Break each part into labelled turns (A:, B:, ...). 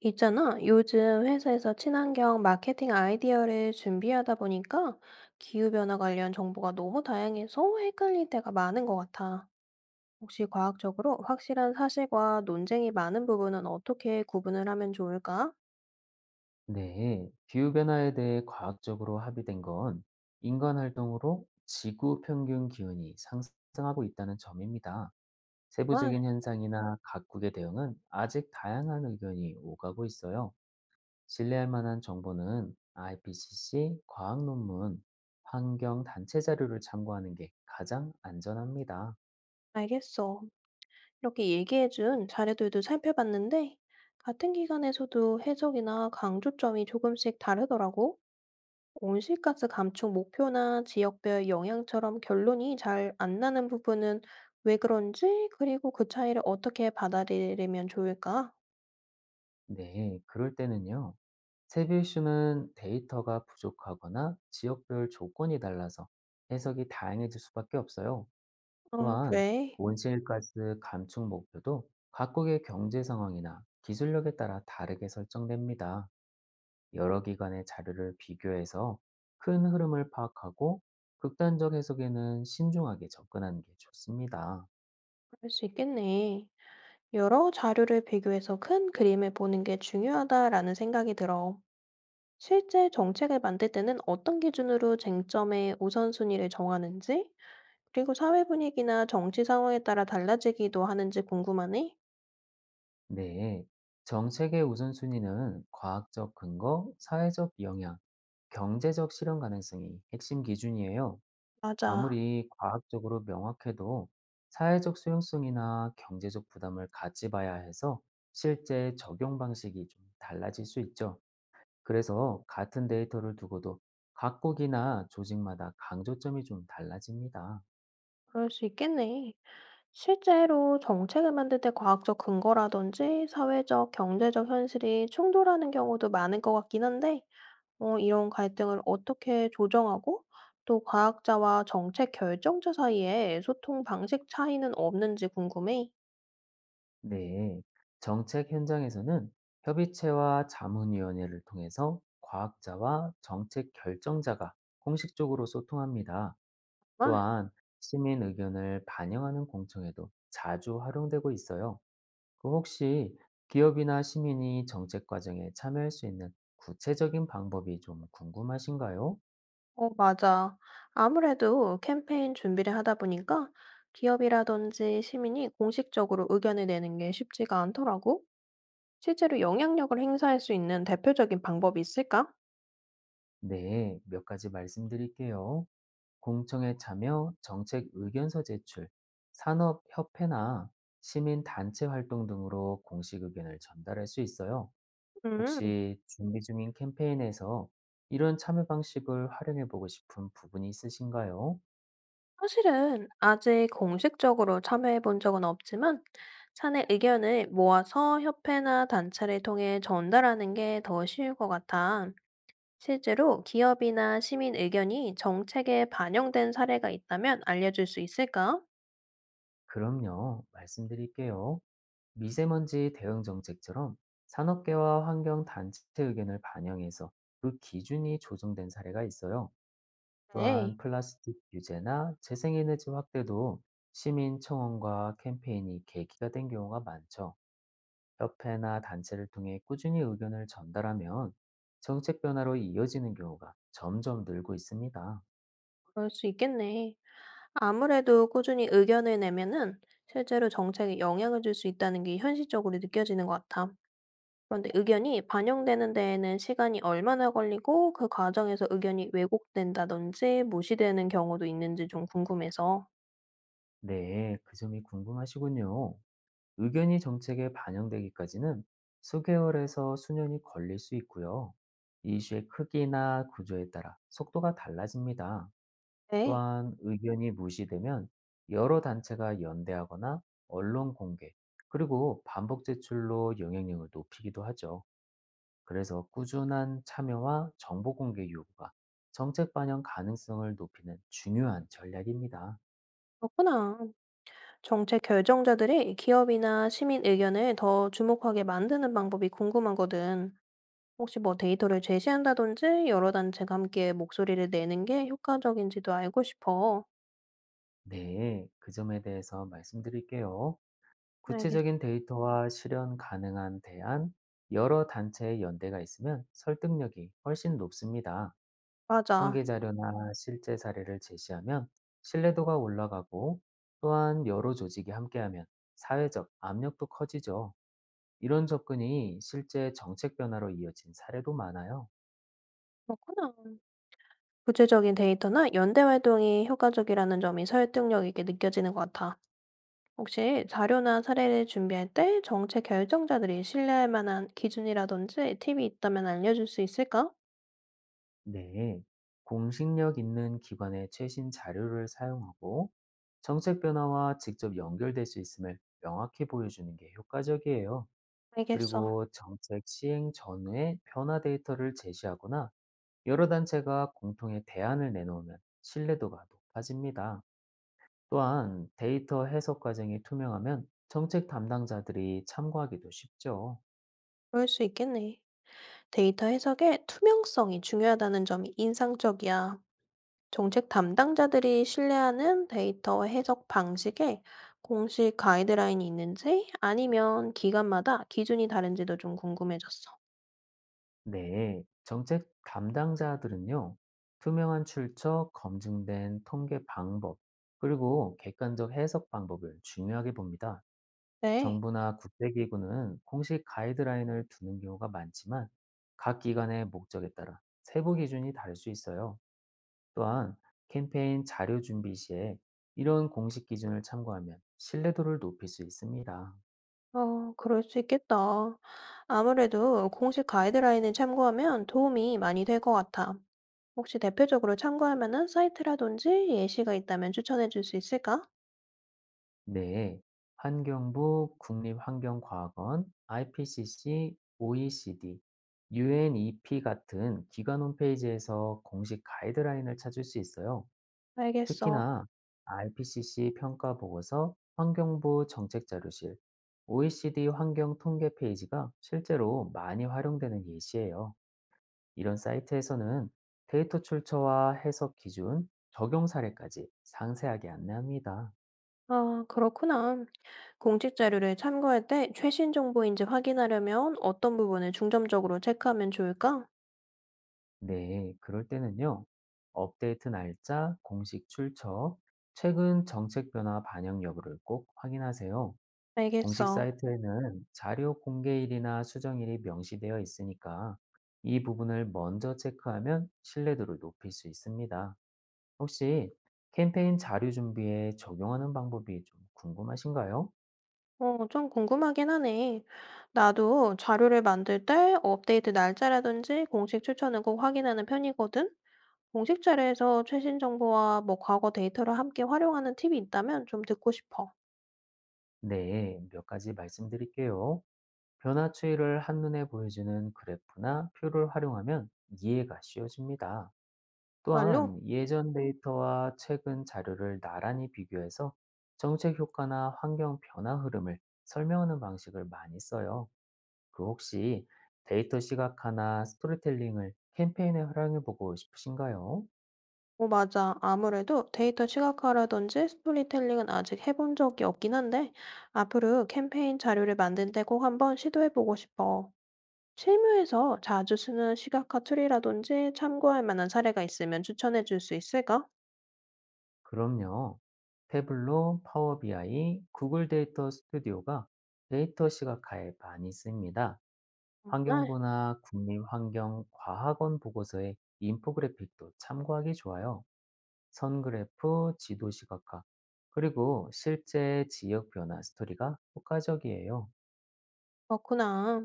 A: 있잖아. 요즘 회사에서 친환경 마케팅 아이디어를 준비하다 보니까 기후변화 관련 정보가 너무 다양해서 헷갈릴 때가 많은 것 같아. 혹시 과학적으로 확실한 사실과 논쟁이 많은 부분은 어떻게 구분을 하면 좋을까?
B: 네, 기후변화에 대해 과학적으로 합의된 건 인간 활동으로 지구 평균 기온이 상승하고 있다는 점입니다.
A: 정말.
B: 세부적인 현상이나 각국의 대응은 아직 다양한 의견이 오가고 있어요. 신뢰할 만한 정보는 IPCC 과학 논문, 환경 단체 자료를 참고하는 게 가장 안전합니다.
A: 알겠어. 이렇게 얘기해준 자료들도 살펴봤는데 같은 기관에서도 해석이나 강조점이 조금씩 다르더라고. 온실가스 감축 목표나 지역별 영향처럼 결론이 잘 안 나는 부분은 왜 그런지, 그리고 그 차이를 어떻게 받아들이면 좋을까?
B: 네, 그럴 때는요. 세비슈는 데이터가 부족하거나 지역별 조건이 달라서 해석이 다양해질 수밖에 없어요.
A: 아,
B: 또한
A: 그래.
B: 온실가스 감축 목표도 각국의 경제 상황이나 기술력에 따라 다르게 설정됩니다. 여러 기관의 자료를 비교해서 큰 흐름을 파악하고 극단적 해석에는 신중하게 접근하는 게 좋습니다.
A: 그럴 수 있겠네. 여러 자료를 비교해서 큰 그림을 보는 게 중요하다라는 생각이 들어. 실제 정책을 만들 때는 어떤 기준으로 쟁점의 우선순위를 정하는지, 그리고 사회 분위기나 정치 상황에 따라 달라지기도 하는지 궁금하네.
B: 네, 정책의 우선순위는 과학적 근거, 사회적 영향, 경제적 실현 가능성이 핵심 기준이에요.
A: 맞아.
B: 아무리 과학적으로 명확해도 사회적 수용성이나 경제적 부담을 같이 봐야 해서 실제 적용 방식이 좀 달라질 수 있죠. 그래서 같은 데이터를 두고도 각국이나 조직마다 강조점이 좀 달라집니다.
A: 그럴 수 있겠네. 실제로 정책을 만들 때 과학적 근거라든지 사회적, 경제적 현실이 충돌하는 경우도 많은 것 같긴 한데, 이런 갈등을 어떻게 조정하고 또 과학자와 정책 결정자 사이에 소통 방식 차이는 없는지 궁금해.
B: 네, 정책 현장에서는 협의체와 자문위원회를 통해서 과학자와 정책 결정자가 공식적으로 소통합니다.
A: 정말?
B: 또한 시민 의견을 반영하는 공청회도 자주 활용되고 있어요. 혹시 기업이나 시민이 정책 과정에 참여할 수 있는 구체적인 방법이 좀 궁금하신가요?
A: 어, 맞아. 아무래도 캠페인 준비를 하다 보니까 기업이라든지 시민이 공식적으로 의견을 내는 게 쉽지가 않더라고. 실제로 영향력을 행사할 수 있는 대표적인 방법이 있을까?
B: 네, 몇 가지 말씀드릴게요. 공청회 참여, 정책 의견서 제출, 산업협회나 시민단체 활동 등으로 공식 의견을 전달할 수 있어요.
A: 음.
B: 혹시 준비 중인 캠페인에서 이런 참여 방식을 활용해 보고 싶은 부분이 있으신가요?
A: 사실은 아직 공식적으로 참여해 본 적은 없지만 사내 의견을 모아서 협회나 단체를 통해 전달하는 게 더 쉬울 것 같아. 실제로 기업이나 시민 의견이 정책에 반영된 사례가 있다면 알려줄 수 있을까?
B: 그럼요, 말씀드릴게요. 미세먼지 대응 정책처럼 산업계와 환경단체 의견을 반영해서 그 기준이 조정된 사례가 있어요. 또한
A: 네,
B: 플라스틱 유제나 재생에너지 확대도 시민 청원과 캠페인이 계기가 된 경우가 많죠. 협회나 단체를 통해 꾸준히 의견을 전달하면 정책 변화로 이어지는 경우가 점점 늘고 있습니다.
A: 그럴 수 있겠네. 아무래도 꾸준히 의견을 내면은 실제로 정책에 영향을 줄 수 있다는 게 현실적으로 느껴지는 것 같아. 그런데 의견이 반영되는 데에는 시간이 얼마나 걸리고 그 과정에서 의견이 왜곡된다든지 무시되는 경우도 있는지 좀 궁금해서.
B: 네, 그 점이 궁금하시군요. 의견이 정책에 반영되기까지는 수개월에서 수년이 걸릴 수 있고요. 이슈의 크기나 구조에 따라 속도가 달라집니다.
A: 네,
B: 또한 의견이 무시되면 여러 단체가 연대하거나 언론 공개, 그리고 반복 제출로 영향력을 높이기도 하죠. 그래서 꾸준한 참여와 정보 공개 요구가 정책 반영 가능성을 높이는 중요한 전략입니다.
A: 그렇구나. 정책 결정자들이 기업이나 시민 의견을 더 주목하게 만드는 방법이 궁금하거든. 혹시 뭐 데이터를 제시한다든지 여러 단체가 함께 목소리를 내는 게 효과적인지도 알고 싶어.
B: 네, 그 점에 대해서 말씀드릴게요.
A: 알겠어.
B: 구체적인 데이터와 실현 가능한 대안, 여러 단체의 연대가 있으면 설득력이 훨씬 높습니다.
A: 맞아.
B: 통계 자료나 실제 사례를 제시하면 신뢰도가 올라가고 또한 여러 조직이 함께하면 사회적 압력도 커지죠. 이런 접근이 실제 정책 변화로 이어진 사례도 많아요.
A: 그렇구나. 구체적인 데이터나 연대 활동이 효과적이라는 점이 설득력 있게 느껴지는 것 같아. 혹시 자료나 사례를 준비할 때 정책 결정자들이 신뢰할 만한 기준이라든지 팁이 있다면 알려줄 수 있을까?
B: 네. 공식력 있는 기관의 최신 자료를 사용하고 정책 변화와 직접 연결될 수 있음을 명확히 보여주는 게 효과적이에요.
A: 알겠어.
B: 그리고 정책 시행 전후의 변화 데이터를 제시하거나 여러 단체가 공통의 대안을 내놓으면 신뢰도가 높아집니다. 또한 데이터 해석 과정이 투명하면 정책 담당자들이 참고하기도 쉽죠.
A: 그럴 수 있겠네. 데이터 해석의 투명성이 중요하다는 점이 인상적이야. 정책 담당자들이 신뢰하는 데이터 해석 방식에 공식 가이드라인이 있는지 아니면 기관마다 기준이 다른지도 좀 궁금해졌어.
B: 네, 정책 담당자들은요, 투명한 출처, 검증된 통계 방법, 그리고 객관적 해석 방법을 중요하게 봅니다.
A: 네.
B: 정부나 국제기구는 공식 가이드라인을 두는 경우가 많지만 각 기관의 목적에 따라 세부 기준이 다를 수 있어요. 또한 캠페인 자료 준비 시에 이런 공식 기준을 참고하면 신뢰도를 높일 수 있습니다.
A: 그럴 수 있겠다. 아무래도 공식 가이드라인을 참고하면 도움이 많이 될 것 같아. 혹시 대표적으로 참고할 만한 사이트라든지 예시가 있다면 추천해 줄 수 있을까?
B: 네. 환경부, 국립환경과학원, IPCC, OECD, UNEP 같은 기관 홈페이지에서 공식 가이드라인을 찾을 수 있어요.
A: 알겠어.
B: 특히나 IPCC 평가 보고서, 환경부 정책 자료실, OECD 환경 통계 페이지가 실제로 많이 활용되는 예시예요. 이런 사이트에서는 데이터 출처와 해석 기준, 적용 사례까지 상세하게 안내합니다.
A: 아, 그렇구나. 공식 자료를 참고할 때 최신 정보인지 확인하려면 어떤 부분을 중점적으로 체크하면 좋을까?
B: 네, 그럴 때는요. 업데이트 날짜, 공식 출처, 최근 정책 변화 반영 여부를 꼭 확인하세요. 공식
A: 알겠어.
B: 사이트에는 자료 공개일이나 수정일이 명시되어 있으니까 이 부분을 먼저 체크하면 신뢰도를 높일 수 있습니다. 혹시 캠페인 자료 준비에 적용하는 방법이 좀 궁금하신가요?
A: 좀 궁금하긴 하네. 나도 자료를 만들 때 업데이트 날짜라든지 공식 추천을 꼭 확인하는 편이거든. 공식 자료에서 최신 정보와 뭐 과거 데이터를 함께 활용하는 팁이 있다면 좀 듣고 싶어.
B: 네, 몇 가지 말씀드릴게요. 변화 추이를 한눈에 보여주는 그래프나 표를 활용하면 이해가 쉬워집니다.
A: 말로?
B: 또한 예전 데이터와 최근 자료를 나란히 비교해서 정책 효과나 환경 변화 흐름을 설명하는 방식을 많이 써요. 혹시 데이터 시각화나 스토리텔링을 캠페인에 활용해 보고 싶으신가요?
A: 어, 맞아. 아무래도 데이터 시각화라든지 스토리텔링은 아직 해본 적이 없긴 한데, 앞으로 캠페인 자료를 만들 때 꼭 한번 시도해보고 싶어. 실무에서 자주 쓰는 시각화 툴이라든지 참고할 만한 사례가 있으면 추천해줄 수 있을까?
B: 그럼요. 태블로, 파워 비아이 구글 데이터 스튜디오가 데이터 시각화에 많이 씁니다.
A: 아,
B: 환경부나 국립환경과학원 보고서의 인포그래픽도 참고하기 좋아요. 선그래프, 지도 시각화, 그리고 실제 지역 변화 스토리가 효과적이에요.
A: 그렇구나.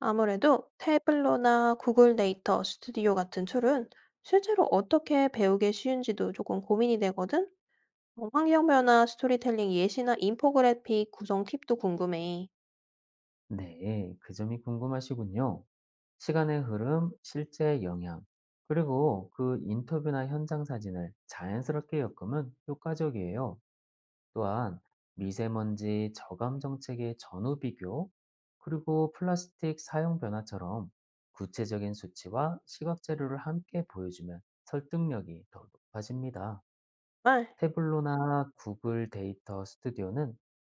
A: 아무래도 태블로나 구글 데이터 스튜디오 같은 툴은 실제로 어떻게 배우기 쉬운지도 조금 고민이 되거든? 환경 변화, 스토리텔링 예시나 인포그래픽 구성 팁도 궁금해.
B: 네, 그 점이 궁금하시군요. 시간의 흐름, 실제 영향, 그리고 인터뷰나 현장 사진을 자연스럽게 엮으면 효과적이에요. 또한 미세먼지 저감 정책의 전후 비교, 그리고 플라스틱 사용 변화처럼 구체적인 수치와 시각 자료를 함께 보여주면 설득력이 더 높아집니다.
A: 정말
B: 태블로나 구글 데이터 스튜디오는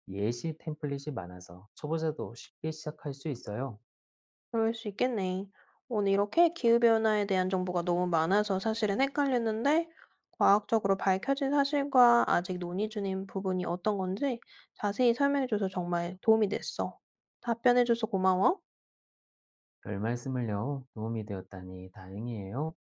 B: 예시 템플릿이 많아서 초보자도 쉽게 시작할 수 있어요.
A: 그럴 수 있겠네. 오늘 이렇게 기후변화에 대한 정보가 너무 많아서 사실은 헷갈렸는데, 과학적으로 밝혀진 사실과 아직 논의 중인 부분이 어떤 건지 자세히 설명해줘서 정말 도움이 됐어. 답변해줘서 고마워.
B: 별 말씀을요. 도움이 되었다니 다행이에요.